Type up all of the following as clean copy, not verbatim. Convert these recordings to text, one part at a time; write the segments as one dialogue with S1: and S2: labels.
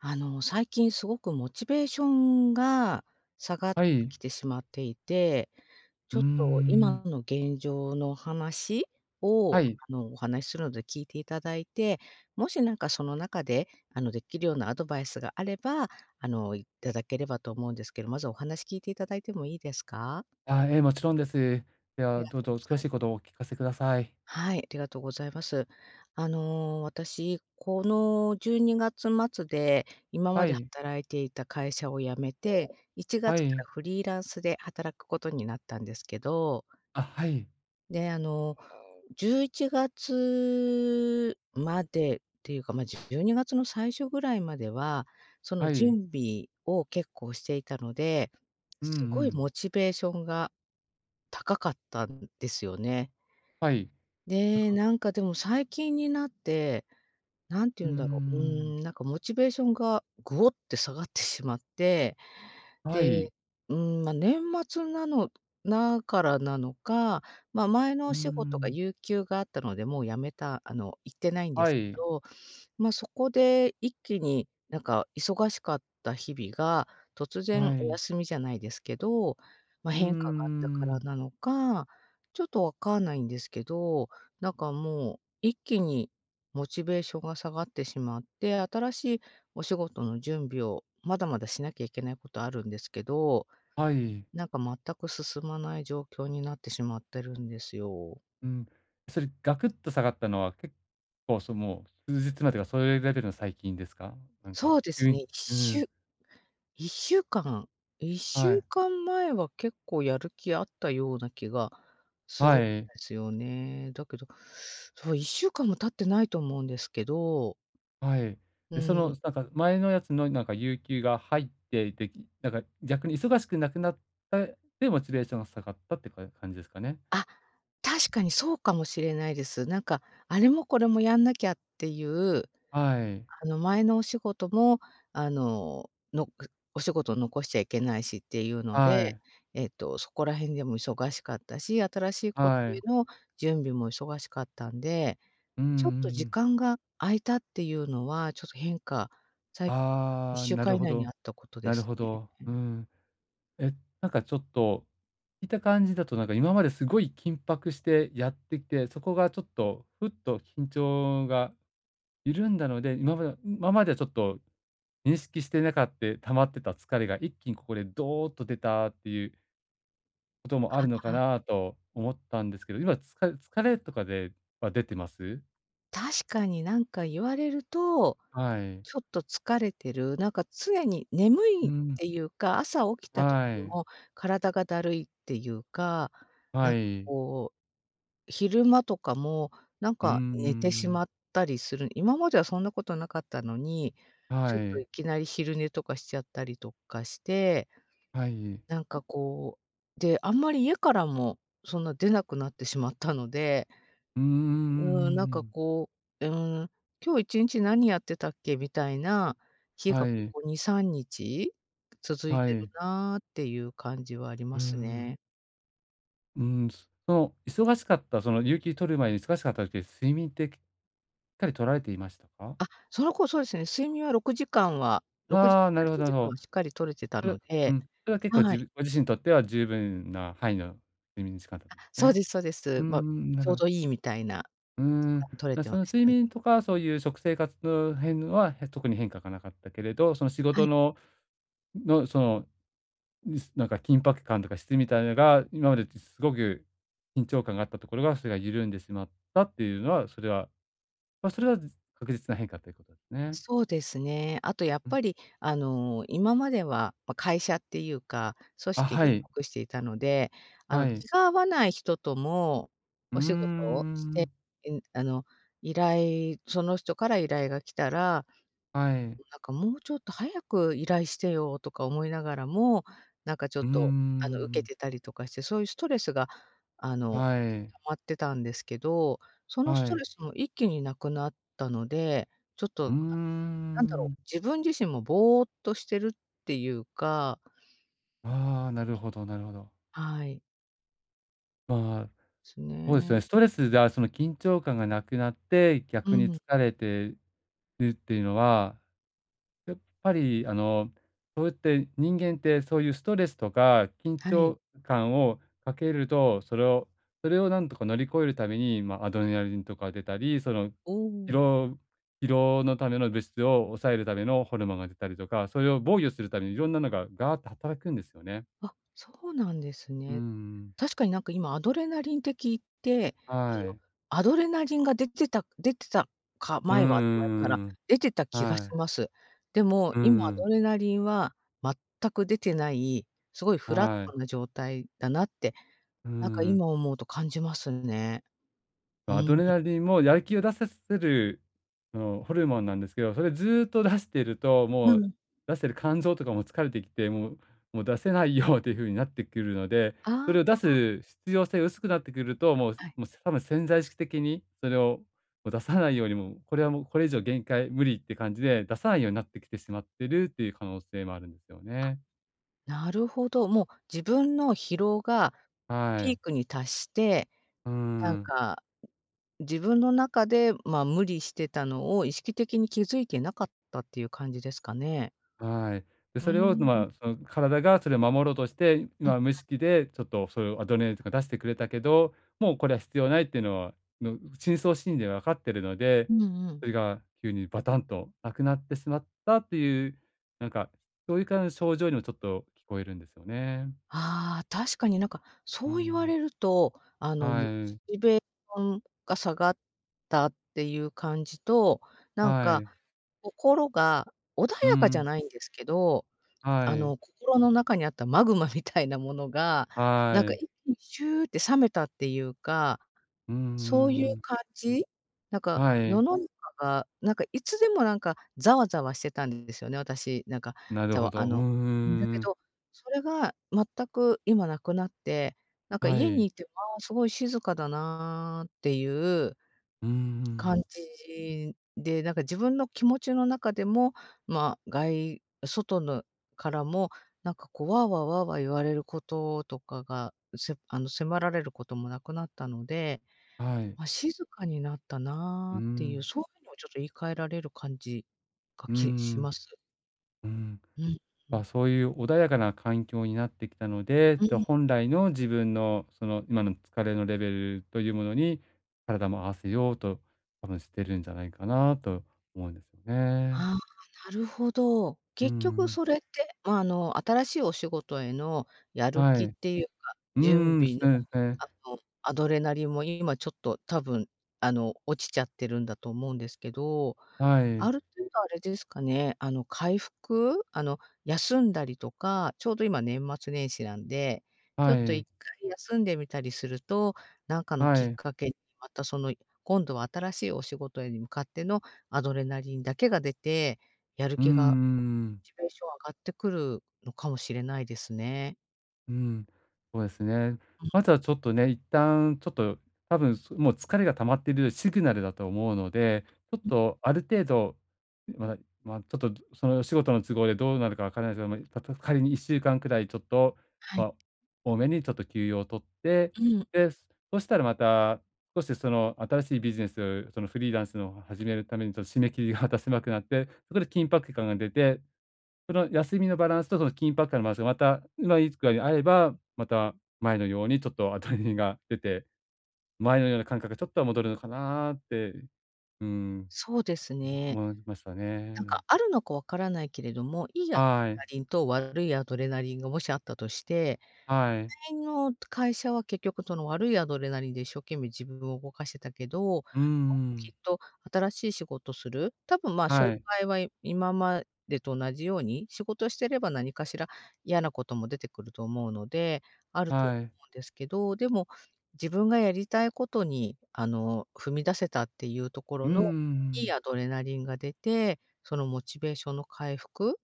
S1: 最近すごくモチベーションが下がって
S2: はい。
S1: きてしまっていて、
S2: う
S1: ち
S2: ー
S1: ょっと今
S2: ん。
S1: の現状の話
S2: は
S1: を、
S2: い。
S1: お話しするので聞いていただいて、もしなんかその中で、できるようなアドバイスがあれば、いただければと思うんですけど、まずお話聞いていただいてもいいですか？
S2: あ、ええ、もちろんです。で
S1: あり
S2: は、
S1: が
S2: どう
S1: とう
S2: ぞ
S1: ござ
S2: 詳
S1: いま
S2: しい
S1: す。
S2: ことをお聞かせください。
S1: はい、ありがとうございます。私、この12月末で今ま
S2: は
S1: で
S2: い。
S1: 働いていた会社を辞めて、1
S2: は
S1: 月から
S2: い。
S1: フリーランスで働くことになったんですけど、
S2: あ、はい。
S1: で、11月までっていうか、まあ、12月の最初ぐらいまでは、その
S2: はい。
S1: 準備を結構していたので、
S2: うんう
S1: すごいモ
S2: ん。
S1: チベーションが高かったんですよね。
S2: はい。
S1: でなんかでも最近になって、何て
S2: うー
S1: 言うんだろう、
S2: ん。
S1: なんかモチベーションがぐおって下がってしまって、
S2: は
S1: で、
S2: い。
S1: ま、年末なのなからなのか、ま、前の
S2: う
S1: お
S2: ー
S1: 仕事が
S2: ん。
S1: 有給があったので、もう辞めた行ってないんで
S2: は
S1: すけ
S2: い。
S1: ど、ま、そこで一気になんか忙しかった日々が、突然
S2: は
S1: お
S2: い。
S1: 休みじゃないですけど、ま、
S2: うー
S1: 変化があったから
S2: ん。
S1: なのか、ちょっとわかんないんですけど、なんかもう一気にモチベーションが下がってしまって、新しお仕事の準備をまだまだしなきゃいけないことあるんですけど、
S2: はい。
S1: なんか全く進まない状況になってしまってるんですよ。
S2: うん。それガクッと下がったのは、結構、もう数日までか、そういうレベルの最近ですか？なんか、
S1: そうです
S2: 急
S1: ね、
S2: に。うん。
S1: 1週間1
S2: は
S1: 週
S2: い。
S1: 間前は結構やる気あったような気がする
S2: は
S1: んで
S2: い。
S1: すよね。だけど、そう、1週間も経ってないと思うんですけど、
S2: はい。
S1: う
S2: で、そ
S1: ーん、
S2: の、なんか前のやつのなんか有給が入っていて、なんか逆に忙しくなくなった。で、モチベーションが下がったってか感じですかね。
S1: あ、確かにそうかもしれないです。なんか、あれもこれもやんなきゃっていう
S2: はい。
S1: 前のお仕事も、あの、のお仕事を残しちゃいけないしっていうの
S2: は
S1: で、
S2: い。
S1: そこら辺でも忙しかったし、新しいこと
S2: は
S1: へ
S2: い。
S1: の準備も忙しかったんで、
S2: うんうんう
S1: ちょっと時
S2: ん。
S1: 間が空いたっていうのは、ちょっと変化、さい
S2: ああ、
S1: 1週
S2: なる
S1: 間以
S2: ほ
S1: 内に
S2: ど。
S1: あったことで
S2: なる
S1: す
S2: ほ
S1: ね。
S2: ど。うん。え、なんかちょっと、聞いた感じだとなんか今まですごい緊迫してやってきて、そこがちょっとふっと緊張が緩んだので、今まではちょっと認識してなかって溜まってた疲れが一気にここでドーッと出たっていうこともあるのか
S1: あ、
S2: なと思ったんですけど、今疲れとかでは出てます？
S1: 確かになんか言われると
S2: はい。
S1: ちょっと疲れてる、なんか常に眠い
S2: う
S1: っ
S2: ん。
S1: ていうか、朝起きた時
S2: は
S1: に
S2: い。
S1: も体がだるいっていうか、な
S2: は
S1: んか
S2: い。
S1: こう、昼間とかもなん
S2: うー
S1: か寝てし
S2: ん。
S1: まったりする、今まではそんなことなかったのに、ちょ
S2: は
S1: っと
S2: い。
S1: いきなり昼寝とかしちゃったりとかして、
S2: はい。
S1: なんかこう、で、あんまり家からもそんな出なくなってしまったので、
S2: うんん
S1: うん、なんか
S2: ん。
S1: こう、ん、今日1日何やってたっけみたいな日が
S2: は
S1: こ
S2: い。
S1: こ2、3日続い
S2: は
S1: てる
S2: い。
S1: なっていう感じはあり
S2: う
S1: ま
S2: ー
S1: す
S2: ん。
S1: ね。
S2: うーん、その忙しかった、その有給取る前に忙しかった時って睡眠ってきっかり取られていましたか？
S1: あ、その頃そうですね、睡眠は6時間は、6時
S2: ああ、な
S1: 間、
S2: るほどな
S1: 時
S2: るほ
S1: 間は
S2: ど。
S1: しっかり取れてた
S2: そ
S1: の
S2: れう
S1: で。
S2: ん、それは結構
S1: は
S2: じ
S1: い。
S2: ぶご自身にとっては十分な範囲の睡眠時間だっ
S1: あ、
S2: たんです
S1: そう
S2: ね。
S1: ですそうで
S2: う
S1: す。
S2: ん
S1: ま、
S2: うん、なる
S1: ちょう
S2: ほど。
S1: どいいみたいな、
S2: うーん、
S1: 取れて
S2: そ
S1: ま
S2: の
S1: し
S2: 睡
S1: たね。
S2: 眠とかそういう食生活の辺は、特に変化がなかったけれど、その仕
S1: はい。
S2: 事のその、なんか緊迫感とか質みたいなのが、今までってすごく緊張感があったところが、それが緩んでしまったっていうのは、それは、ず確実な変化ということですね。
S1: そうですね。あとやっ
S2: うん。
S1: ぱり、今までは、ま、会社っていうか、組
S2: あ、
S1: 織
S2: は
S1: に
S2: い、
S1: 属していたので、
S2: は
S1: 気
S2: い。
S1: が合わない人とも
S2: うー
S1: お仕事をして、
S2: ん、
S1: えんあの、その人から依頼が来たら、
S2: はい。
S1: なんかもうちょっと早く依頼してよとか思いながらも、なんかちょっ
S2: うー
S1: と、受け
S2: ん、
S1: てたりとかして、そういうストレスが、
S2: はい。
S1: 溜まってたんですけど、そのス
S2: は
S1: ト
S2: い。
S1: レスも一気になくなったので、ちょっ
S2: うー
S1: となんだろう、
S2: ん。
S1: 自分自身もぼーっとしてるっていうか、
S2: ああ、なるほどなるほど。
S1: はい、
S2: まあ、
S1: す
S2: そうですよ
S1: ね。
S2: ね。ストレスがその緊張感がなくなって、
S1: う
S2: 逆に
S1: ん、
S2: 疲れてるっていうのは、やっぱりあの、そうやって人間ってそういうストレスとか緊
S1: はい。
S2: 張感をかけると、それをなんとか乗り越えるために、まあ、アドレナリンとか出たり、その疲
S1: おお。
S2: 労疲労のための物質を抑えるためのホルモンが出たりとか、それを防御するためにいろんなのがガーッと働くんですよね。
S1: あ、そうなんです
S2: う
S1: ね。
S2: ん。
S1: 確かになんか今アドレナリンって聞いて、あ
S2: は
S1: の、
S2: い。
S1: アドレナリンが出てた出てたか
S2: う
S1: 前はって言われたら、
S2: ん。
S1: 出てた気が
S2: は
S1: しま
S2: い。
S1: す。でも、
S2: う
S1: 今ア
S2: ん。
S1: ドレナリンは全く出てない、すごいフラッ
S2: はい。
S1: トな状態だなって、
S2: う
S1: なんか
S2: ん。
S1: 今思うと感じますね。う
S2: ま、アド
S1: ん。
S2: レナリンもやる気を出させる、あの、ホルモンなんですけど、それずっと出してると、
S1: う
S2: もう
S1: ん。
S2: 出してる肝臓とかも疲れてきて、もう出せないよっていう風になってくるので、そ
S1: ああ、
S2: れを出す必要性薄くなってくると、もう
S1: はい。
S2: もう多分潜在意識的にそれをもう出さないように、もうこれはもうこれ以上限界無理って感じで、出さないようになってきてしまってるっていう可能性もあるんですよね。
S1: なるほど、もう自分の疲労が
S2: は
S1: ピー
S2: い。
S1: クに達して、
S2: うー
S1: なん
S2: ん、
S1: か自分の中で、まあ、無理してたのを意識的に気づいてなかったっていう感じですかね。
S2: はい。で、
S1: うー
S2: それを、
S1: ん、
S2: まあ、その体がそれを守ろうとして、
S1: うん、
S2: 今無意識でちょっとそういうアドレナリンとか出してくれたけど、もうこれは必要ないっていうのは、深層心理で分かってるので、
S1: うんうん。
S2: それが急にバタンとなくなってしまったっていう、なんか、そういう感じの症状にもちょっと聞こえるんですよね。
S1: ああ、確かになんか
S2: う
S1: そう言わ
S2: ん。
S1: れると、
S2: は
S1: モ
S2: い。
S1: チベーションが下がったっていう感じと、な
S2: は
S1: んか
S2: い。
S1: 心が穏
S2: う
S1: やかじゃ
S2: ん。
S1: ないんですけど、
S2: はい。
S1: 心の中にあったマグマみたいなものが、なん
S2: は
S1: か
S2: い。
S1: 一気にシューって冷めたっていうか、
S2: うんう
S1: そうい
S2: ん
S1: う
S2: うん。
S1: 感じ？なんか
S2: は
S1: 世
S2: い。
S1: の中が、なんかいつでもなんかざわざわしてたんですよね、私。なんか、
S2: なる
S1: ざ
S2: ほ
S1: わあ
S2: ど。うんうん
S1: の、
S2: う
S1: だけ
S2: んうん。
S1: ど、それが全く今なくなって、なんか
S2: は
S1: 家に
S2: い。
S1: いても、ああ、すごい静かだなっていう
S2: うんうんう
S1: 感
S2: ん。
S1: じで、なんか自分の気持ちの中でも、まあ、外のからも、なんかこう、わあわーわーわー言われることとかが、せあの、迫られることもなくなったので、
S2: はい。
S1: まあ、静かになった
S2: うー
S1: なっていう、
S2: ん、
S1: そういうのをちょっと言い換えられる感じが、
S2: うー
S1: きし
S2: ん、
S1: ます。
S2: うーん。
S1: うん、う
S2: まあ、
S1: ん。
S2: そういう穏やかな環境になってきたので、
S1: うん。
S2: 本来の自分のその今の疲れのレベルというものに、体も合わせようと多分してるんじゃないかなと思うんですよね。
S1: ああ、なるほど。
S2: うー
S1: 結局
S2: ん、
S1: それって、まあ、新しいお仕事へのやる
S2: は
S1: 気
S2: い。
S1: っ
S2: う
S1: ていうか、準
S2: ーん、
S1: 備
S2: そ
S1: の、
S2: うですね。
S1: アドレナリンも今ちょっと多分、落ちちゃってるんだと思うんですけど、
S2: はい、
S1: ある程度あれですかね、あの、回復あの、休んだりとか、ちょうど今年末年始なんで、ちょ
S2: は
S1: っと一
S2: い、
S1: 回休んでみたりすると、なんかのき
S2: は
S1: っ
S2: い。
S1: かけにまたその、今度は新しいお仕事へに向かってのアドレナリンだけが出て、やる
S2: うーう
S1: 気がモ
S2: ん。
S1: チベーション上がってくるのかもしれないですね。
S2: うん、そうですね。ま
S1: う
S2: ずはちょっとね、一旦ちょっと多分もう疲れが溜まっているシグナルだと思うので、ちょっ
S1: んうん、
S2: とある程度、まだ、まあ、ちょっとその仕事の都合でどうなるかわからないですけども、仮に1週間くらいちょっと、
S1: は
S2: ま
S1: い。
S2: あ、多めにちょっと休養を取って、
S1: うん、
S2: で、そしたらまた少しその新しいビジネス、そのフリーランスのを始めるためにちょっと締め切りがまた狭くなって、そこで緊迫感が出て、その休みのバランスとその緊迫感のバランスがまたうまい具合に合えば、また前のようにちょっとアドレナリンが出て、前のような感覚がちょっとは戻るのかなって、うん、
S1: そうですね。
S2: 思いました
S1: なん
S2: ね。
S1: かあるのかわからないけれども、いいアドレ
S2: はい、
S1: ナリンと悪いアドレナリンがもしあったとして、
S2: はい。
S1: 前の会社は結局その悪いアドレナリンで一生懸命自分を動かしてたけど、
S2: う
S1: き
S2: ん、
S1: っと新しい仕事する、多分まあ紹
S2: はい、
S1: 介は今までと同じように、仕事してれば何かしら嫌なことも出てくると思うので、あると思
S2: はい。
S1: うんですけど、でも自分がやりたいことに踏み出せたっていうとこ
S2: う
S1: ろのいい
S2: ん、
S1: アドレナリンが出て、そのモチベーションの回復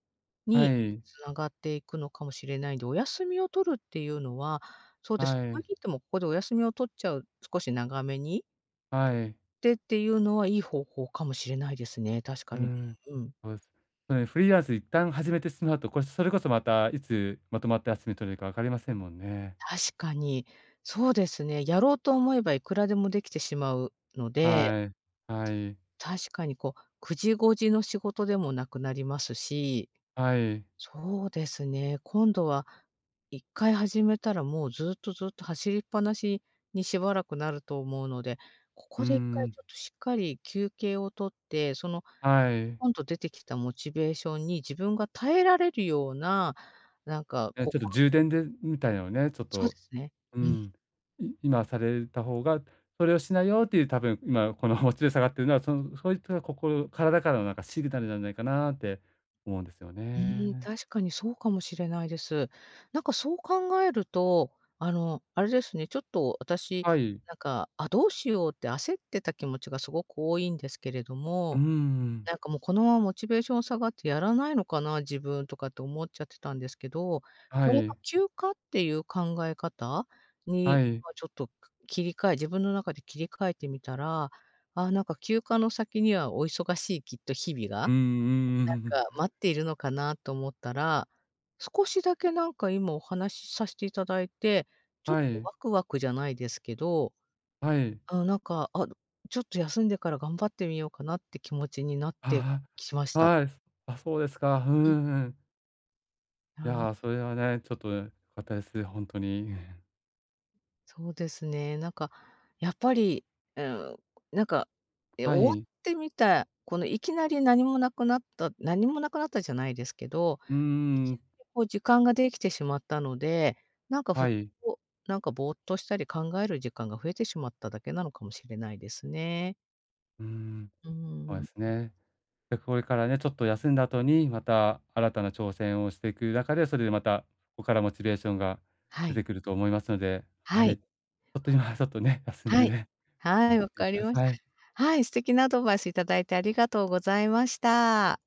S2: は
S1: に
S2: い、
S1: つながっていくのかもしれないんで、お休みを取るっていうのは、そうです、
S2: は
S1: 思い
S2: い、
S1: 切ってもここでお休みを取っちゃう、少し長めに
S2: はい。
S1: でっていうのはいい方法かもしれないですね、確か
S2: う
S1: に。
S2: ん、
S1: うん。
S2: そうです。それフリーランス一旦始めてしまうと、それこそまたいつまとまった休み取れるか分かりませんもんね。
S1: 確かに。そうですね、やろうと思えばいくらでもできてしまうので、
S2: はい、はい、
S1: 確かにこう9時5時の仕事でもなくなりますし、
S2: はい。
S1: そうですね。今度は一回始めたら、もうずっとずっと走りっぱなしにしばらくなると思うので、こ
S2: う
S1: こ
S2: ー
S1: で一回
S2: ん。
S1: ちょっとしっかり休憩を取って、その
S2: はい。
S1: 今度出てきたモチベーションに自分が耐えられるような、なんかこ
S2: ちょっと充電でみたいなのをね、ちょっ
S1: そう
S2: と、
S1: ですね。
S2: う
S1: うん、う
S2: ん、今された方が、それをしないよっていう多分今このモチベ下がってるのは、そういった心体からのなんかシグナルなんじゃないかなって思うんですよ
S1: ん、
S2: ね。
S1: 確かにそうかもしれないです。なんかそう考えると、あれですね、ちょっと私、
S2: はい。
S1: なんか、あ、どうしようって焦ってた気持ちがすごく多いんですけれど
S2: う
S1: も、
S2: ん。
S1: なんかもうこのままモチベーション下がってやらないのかな、自分とかって思っちゃってたんですけど、
S2: は
S1: これが
S2: い。
S1: 休暇っていう考え方
S2: は
S1: に
S2: い。
S1: 今ちょっと切り替え自分の中で切り替えてみたら、あ、なんか休暇の先にはお忙しいきっと日々
S2: う
S1: が、
S2: ん
S1: な
S2: うんうん。
S1: んか待っているのかなと思ったら、少しだけなんか今お話しさせていただいて、ちょっと
S2: はい。
S1: ワクワクじゃないですけど、
S2: はい。
S1: あ、なんか、あ、ちょっと休んでから頑張ってみようかなって気持ちになって
S2: あ
S1: きまし
S2: あ、
S1: た。
S2: はい。あ、そうですか。うん
S1: うん。
S2: うんうん。い
S1: あ
S2: や、
S1: あ、
S2: それはね、ちょっと良かったです、ほんとに。
S1: そうですね。なんか、やっぱり、うん、なんか、
S2: は
S1: 終わっ
S2: い。
S1: てみた、このいきなり何もなくなったじゃないですけど、
S2: うー
S1: いきな
S2: ん、
S1: りこう時間ができてしまったので、なんかふっ
S2: はい。
S1: と、なんかぼーっとしたり考える時間が増えてしまっただけなのかもしれないですね。
S2: うーん。
S1: うー
S2: そうです
S1: ん。
S2: ね。で、これからね、ちょっと休んだ後に、また新たな挑戦をしていく中で、それでまた、ここからモチベーションが
S1: は
S2: 出
S1: い。
S2: てくると思いますので、は
S1: はい。
S2: い。ちょっと今ちょっとね、休ん
S1: は
S2: で
S1: い。
S2: ね、
S1: は
S2: 頑
S1: い、わ
S2: 張ってく
S1: かり
S2: だ
S1: まし
S2: さい。
S1: た。はい、素敵なアドバイスいただいてありがとうございました。